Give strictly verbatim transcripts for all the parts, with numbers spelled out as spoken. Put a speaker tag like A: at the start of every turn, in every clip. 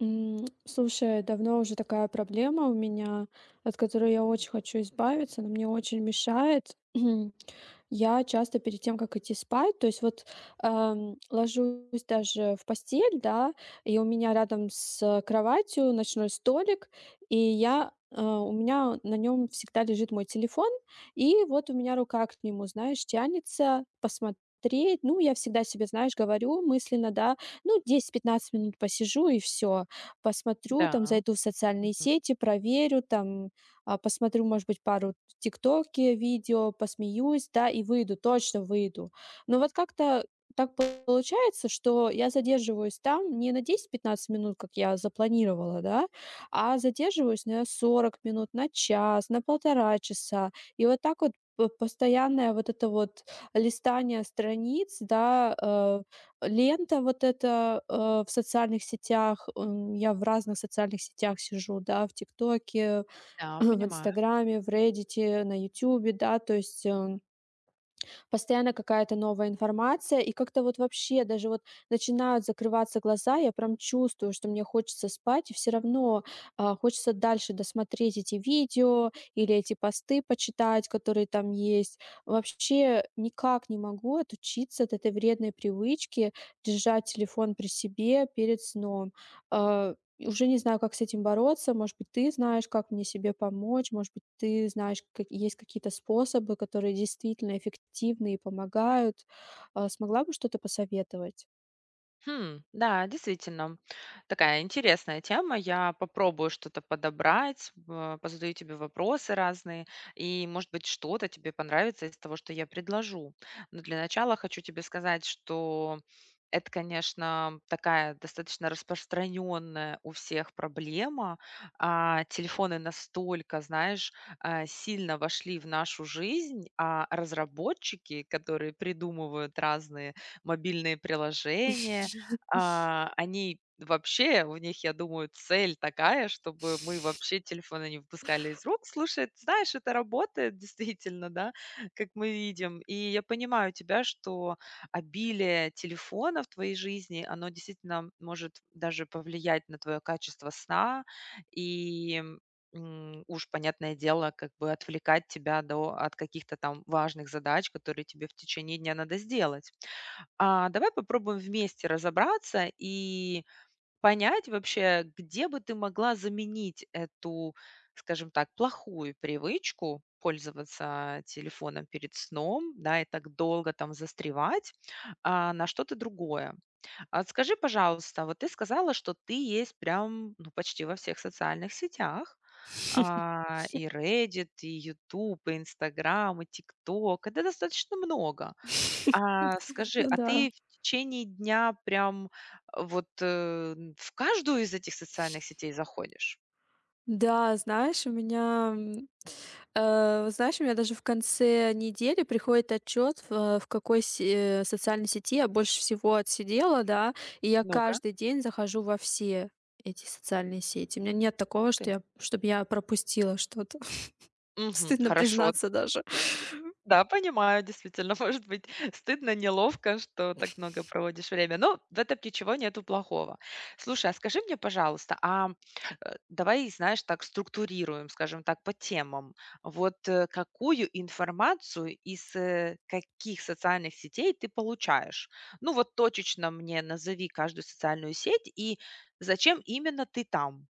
A: М, слушай, давно уже такая проблема у меня, от которой я очень хочу избавиться, она мне очень мешает. Я часто перед тем, как идти спать, то есть, вот, ам, ложусь даже в постель, да, и у меня рядом с кроватью ночной столик, и я, э, у меня на нем всегда лежит мой телефон, и вот у меня рука к нему, знаешь, тянется посмотреть. Ну, я всегда себе, знаешь, говорю мысленно, да: "Ну, десять-пятнадцать минут посижу и все посмотрю,
B: Да,
A: там зайду в социальные
B: мгм.
A: сети, проверю, там, а, посмотрю, может быть, пару в "Тиктоке" видео, посмеюсь, да, и выйду, точно выйду". Но вот как-то так получается, что я задерживаюсь там не на десять пятнадцать минут, как я запланировала, да, а задерживаюсь на сорок минут, на час, на полтора часа. И вот так вот п постоянное вот это вот листание страниц, да, э лента вот эта, э, в социальных сетях, м, я в разных социальных сетях сижу, да, в "Тиктоке",
B: Да,
A: в
B: понимаю.
A: "Инстаграме", в "Реддите", на "Ютубе", да, то есть, э постоянно какая-то новая информация, и как-то вот вообще даже вот начинают закрываться глаза, я прям чувствую, что мне хочется спать, и все равно а, хочется дальше досмотреть эти видео или эти посты почитать, которые там есть. Вообще никак не могу отучиться от этой вредной привычки держать телефон при себе перед сном. А, Уже не знаю, как с этим бороться. Может быть, ты знаешь, как мне себе помочь. Может быть, ты знаешь, как есть какие-то способы, которые действительно эффективны и помогают. А, Смогла бы что-то посоветовать?
B: Хм, да, действительно, такая интересная тема. Я попробую что-то подобрать, э, позадаю тебе вопросы разные, и, может быть, что-то тебе понравится из того, что я предложу. Но для начала хочу тебе сказать, что это, конечно, такая достаточно распространенная у всех проблема. А, телефоны настолько, знаешь, а, сильно вошли в нашу жизнь, а разработчики, которые придумывают разные мобильные приложения, а, они вообще, у них, я думаю, цель такая, чтобы мы вообще телефоны не выпускали из рук. Слушай, ты знаешь, это работает действительно, да, как мы видим. И я понимаю тебя, что обилие телефона в твоей жизни, оно действительно может даже повлиять на твое качество сна и м, уж, понятное дело, как бы отвлекать тебя до, от каких-то там важных задач, которые тебе в течение дня надо сделать. А, давай попробуем вместе разобраться и понять вообще, где бы ты могла заменить эту, скажем так, плохую привычку пользоваться телефоном перед сном, да, и так долго там застревать, а, на что-то другое. А скажи, пожалуйста, вот ты сказала, что ты есть прям, ну, почти во всех социальных сетях, а, и Reddit, и YouTube, и Instagram, и TikTok. Это достаточно много. А скажи,
A: Ну
B: а
A: да.
B: ты в течение дня прям э, вот, э, в каждую из этих социальных сетей заходишь?
A: Да, знаешь, у меня, м, э, вот знаешь, у меня даже в конце недели приходит отчет, в, э, в какой се- э, социальной сети я больше всего отсидела, да, и я
B: Ну-ка.
A: каждый день захожу во все эти социальные сети. У меня нет
B: Ух
A: такого,
B: ты.
A: что я, чтобы я пропустила что-то.
B: Мгм.
A: Стыдно
B: Хорошо.
A: признаться даже.
B: Да, понимаю, действительно, может быть стыдно, неловко, что так много проводишь время, но в этом ничего нету плохого. Слушай, а скажи мне, пожалуйста, а, э, давай, знаешь, так структурируем, скажем так, по темам. Вот, э, какую информацию из, э, каких социальных сетей ты получаешь? Ну, вот точечно мне назови каждую социальную сеть и зачем именно ты там.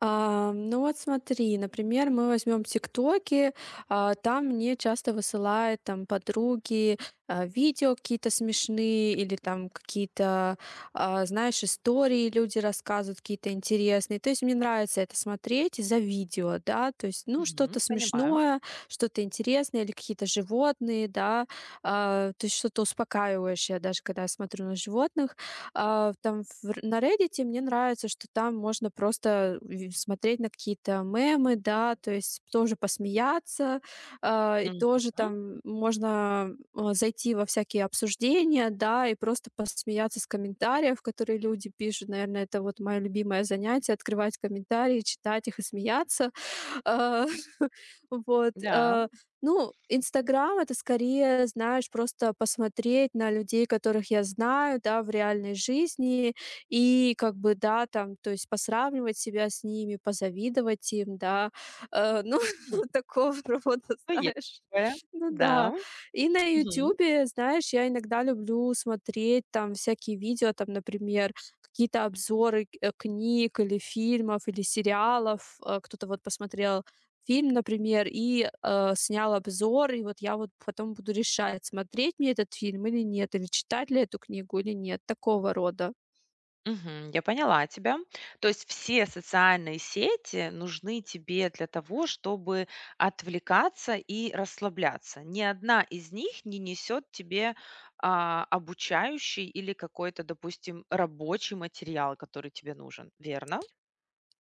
A: А, ну вот, смотри, например, мы возьмем ТикТоки, а, там мне часто высылают там подруги а, видео какие-то смешные или там какие-то, а, знаешь, истории люди рассказывают какие-то интересные. То есть мне нравится это смотреть из-за видео, да, то есть, ну,
B: Мгм.
A: что-то
B: Понимаю.
A: смешное, что-то интересное или какие-то животные, да, а, то есть что-то успокаивающее, даже когда я смотрю на животных. А, там, в на "Реддите" мне нравится, что там можно просто ви смотреть на какие-то мемы, да, то есть тоже посмеяться, а, и тоже
B: Мгм.
A: там можно, а, зайти во всякие обсуждения, да, и просто посмеяться с комментариев, которые люди пишут. Наверное, это вот мое любимое занятие — открывать комментарии, читать их и смеяться. А, вот,
B: Да.
A: а ну, "Инстаграм" — это скорее, знаешь, просто посмотреть на людей, которых я знаю, да, в реальной жизни. И как бы, да, там, то есть посравнивать себя с ними, позавидовать им, да. Э, ну,
B: М.
A: такого рода,
B: Ну, есть
A: знаешь.
B: такое.
A: Ну да.
B: Да.
A: И на
B: Мгм.
A: "Ютубе", знаешь, я иногда люблю смотреть там всякие видео, там, например, какие-то обзоры, э, книг или фильмов, или сериалов. Э, кто-то вот посмотрел фильм, например, и, э, снял обзор, и вот я вот потом буду решать, смотреть мне этот фильм или нет, или читать ли эту книгу или нет, такого рода.
B: Мгм. Я поняла тебя. То есть все социальные сети нужны тебе для того, чтобы отвлекаться и расслабляться. Ни одна из них не несет тебе а, обучающий или какой-то, допустим, рабочий материал, который тебе нужен. Верно?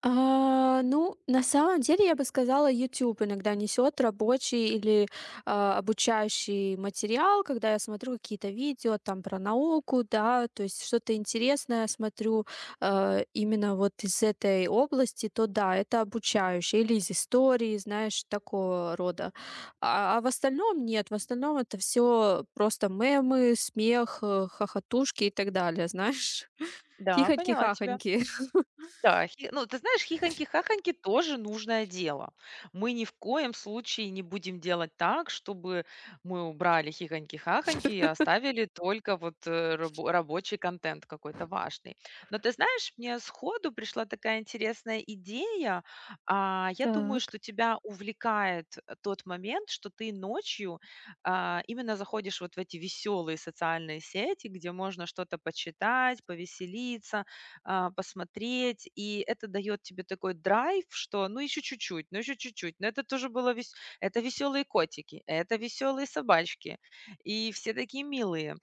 A: А, ну, на самом деле, я бы сказала, YouTube иногда несет рабочий или, а, обучающий материал, когда я смотрю какие-то видео там про науку, да, то есть что-то интересное смотрю, э, именно вот из этой области, то да, это обучающее или из истории, знаешь, такого рода. А, а в остальном нет, в остальном это все просто мемы, смех, э, хохотушки и так далее, знаешь,
B: Да, поняла тебя.
A: хихоньки-хахоньки.
B: Да, хи ну, ты знаешь, хихоньки-хахоньки тоже нужное дело. Мы ни в коем случае не будем делать так, чтобы мы убрали хихоньки-хахоньки и оставили только вот, э, рабо рабочий контент какой-то важный. Но ты знаешь, мне сходу пришла такая интересная идея. А, я думаю, что
A: Так.
B: тебя увлекает, э, тот момент, что ты ночью, а, именно заходишь вот в эти веселые социальные сети, где можно что-то почитать, повеселиться, а, посмотреть. И это дает тебе такой драйв, что ну еще чуть-чуть, ну еще чуть-чуть. Но это тоже было вес... это веселые котики, это веселые собачки. И все такие милые.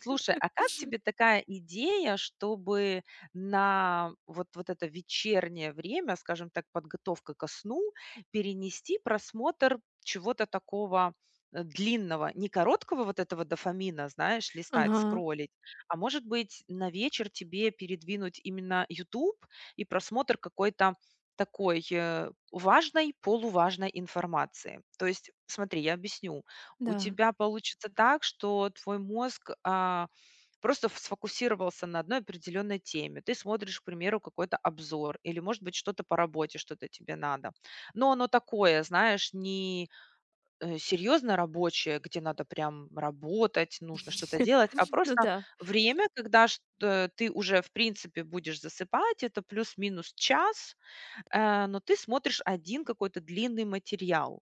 B: Слушай, а как тебе такая идея, чтобы на вот, вот это вечернее время, скажем так, подготовка ко сну, перенести просмотр чего-то такого э, длинного, не короткого вот этого дофамина, знаешь, листать,
A: Ага.
B: скроллить, а может быть, на вечер тебе передвинуть именно YouTube и просмотр какой-то такой, э, важной, полуважной информации. То есть, смотри, я объясню. У
A: Да.
B: тебя получится так, что твой мозг, а, просто ф сфокусировался на одной определенной теме. Ты смотришь, к примеру, какой-то обзор или, может быть, что-то по работе, что-то тебе надо. Но оно такое, знаешь, не э, серьезно рабочее, где надо прям работать, нужно что-то делать, а
A: Ну
B: просто
A: да,
B: время, когда ш- э, ты уже, в принципе, будешь засыпать, это плюс-минус час, э, но ты смотришь один какой-то длинный материал.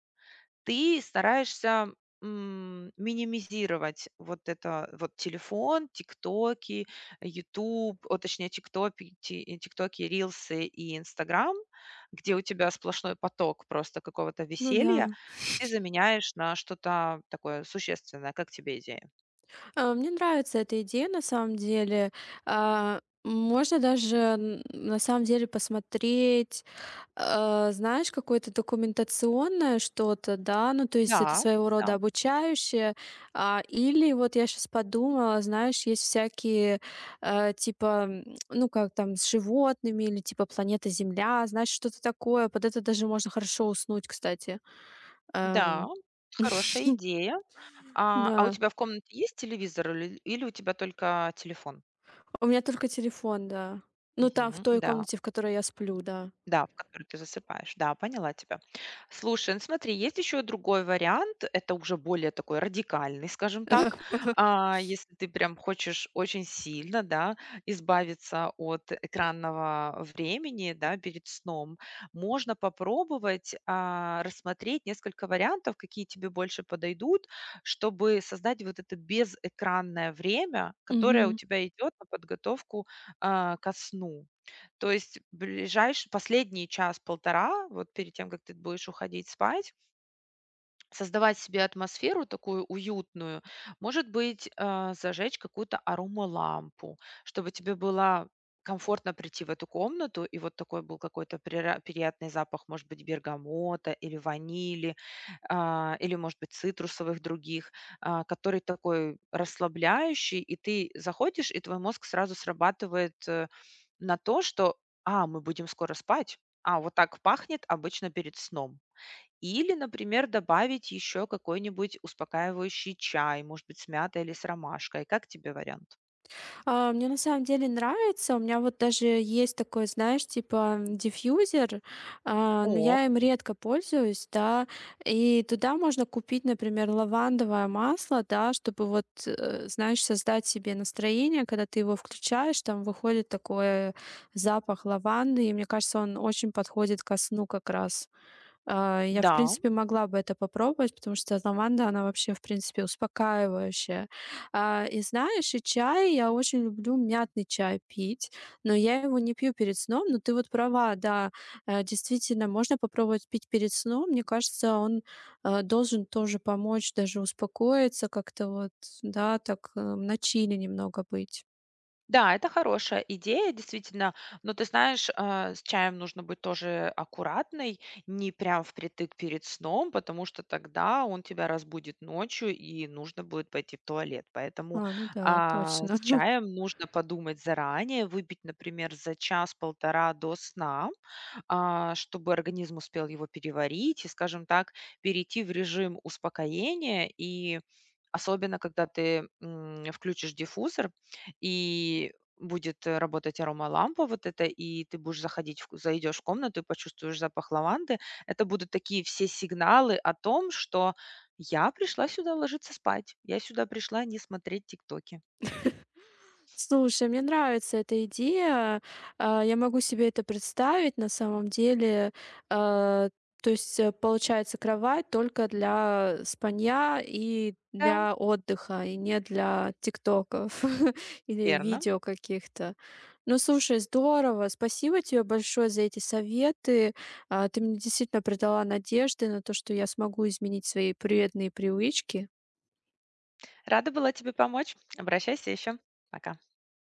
B: Ты стараешься, м, минимизировать вот это вот телефон, "Тиктоки", "Ютуб", о, точнее, "Тиктопи", ти "Тиктоки", "Рилсы" и "Инстаграм", где у тебя сплошной поток просто какого-то
A: ну
B: веселья,
A: да.
B: ты заменяешь на что-то такое существенное. Как тебе идея?
A: А, мне нравится эта идея на самом деле. А, можно даже н на самом деле посмотреть, э, знаешь, какое-то документационное что-то, да, ну, то есть это
B: Да.
A: своего рода
B: Да,
A: обучающее. А, или вот я сейчас подумала, знаешь, есть всякие, э, типа, м, ну, как там, с животными или типа "Планета Земля", знаешь, что-то такое. Под это даже можно хорошо уснуть, кстати.
B: да,
A: Эм,
B: хорошая идея. А, а у
A: да.
B: тебя в комнате есть телевизор, или или у тебя только телефон?
A: У меня только телефон, да. Ну, там, в
B: Мгм,
A: той
B: да.
A: комнате, в которой я сплю, да.
B: Да, в который ты засыпаешь. Да, поняла тебя. Слушай, ну смотри, есть еще другой вариант. Это уже более такой радикальный, скажем так. А, если ты прям хочешь очень сильно, да, избавиться от экранного времени, да, перед сном, можно попробовать а, рассмотреть несколько вариантов, какие тебе больше подойдут, чтобы создать вот это безэкранное время, которое у
A: Мгм.
B: тебя идет на подготовку а, ко сну. То есть ближайший последний час-полтора, вот перед тем, как ты будешь уходить спать, создавать себе атмосферу такую уютную. Может быть, а, зажечь какую-то аромалампу, чтобы тебе было комфортно прийти в эту комнату, и вот такой был какой-то прира- приятный запах, может быть, бергамота или ванили, а, или, может быть, цитрусовых других, а, который такой расслабляющий, и ты заходишь, и твой мозг сразу срабатывает э, на то, что, а, мы будем скоро спать, а, вот так пахнет обычно перед сном. Или, например, добавить еще какой-нибудь успокаивающий чай, может быть, с мятой или с ромашкой. Как тебе вариант?
A: А, мне на самом деле нравится. У меня вот даже есть такой, знаешь, типа, м, диффьюзер, а, но
B: О,
A: я им редко пользуюсь, да. И туда можно купить, например, лавандовое масло, да, чтобы вот, э, знаешь, создать себе настроение. Когда ты его включаешь, там выходит такой запах лаванды, и мне кажется, он очень подходит ко сну как раз. А, я, в
B: да,
A: принципе, могла бы это попробовать, потому что лаванда, она вообще, в принципе, успокаивающая. А, и знаешь, и чай, я очень люблю мятный чай пить, но я его не пью перед сном. Но ты вот права, да, э, действительно, можно попробовать пить перед сном. Мне кажется, он, э, должен тоже помочь даже успокоиться как-то вот, да, так, э, в начале немного быть.
B: да, это хорошая идея, действительно. Но ты знаешь, а, с чаем нужно быть тоже аккуратной, не прям впритык перед сном, потому что тогда он тебя разбудит ночью и нужно будет пойти в туалет. Поэтому
A: А, ну да,
B: а, с
A: точно.
B: чаем нужно подумать заранее, выпить, например, за час-полтора до сна, а, чтобы организм успел его переварить и, скажем так, перейти в режим успокоения и особенно когда ты м, включишь диффузор, и будет, э, работать аромалампа вот это, и ты будешь заходить в ку- зайдешь в комнату и почувствуешь запах лаванды. Это будут такие все сигналы о том, что я пришла сюда ложиться спать, я сюда пришла не смотреть "Тиктоки".
A: Слушай, мне нравится эта идея. А, я могу себе это представить на самом деле. А, То есть, э, получается, кровать только для спанья и
B: Да,
A: для отдыха, и не для тиктоков или
B: верно.
A: видео каких-то. Ну, слушай, здорово. Спасибо тебе большое за эти советы. А, ты мне действительно придала надежды на то, что я смогу изменить свои вредные привычки.
B: Рада была тебе помочь. Обращайся еще. Пока.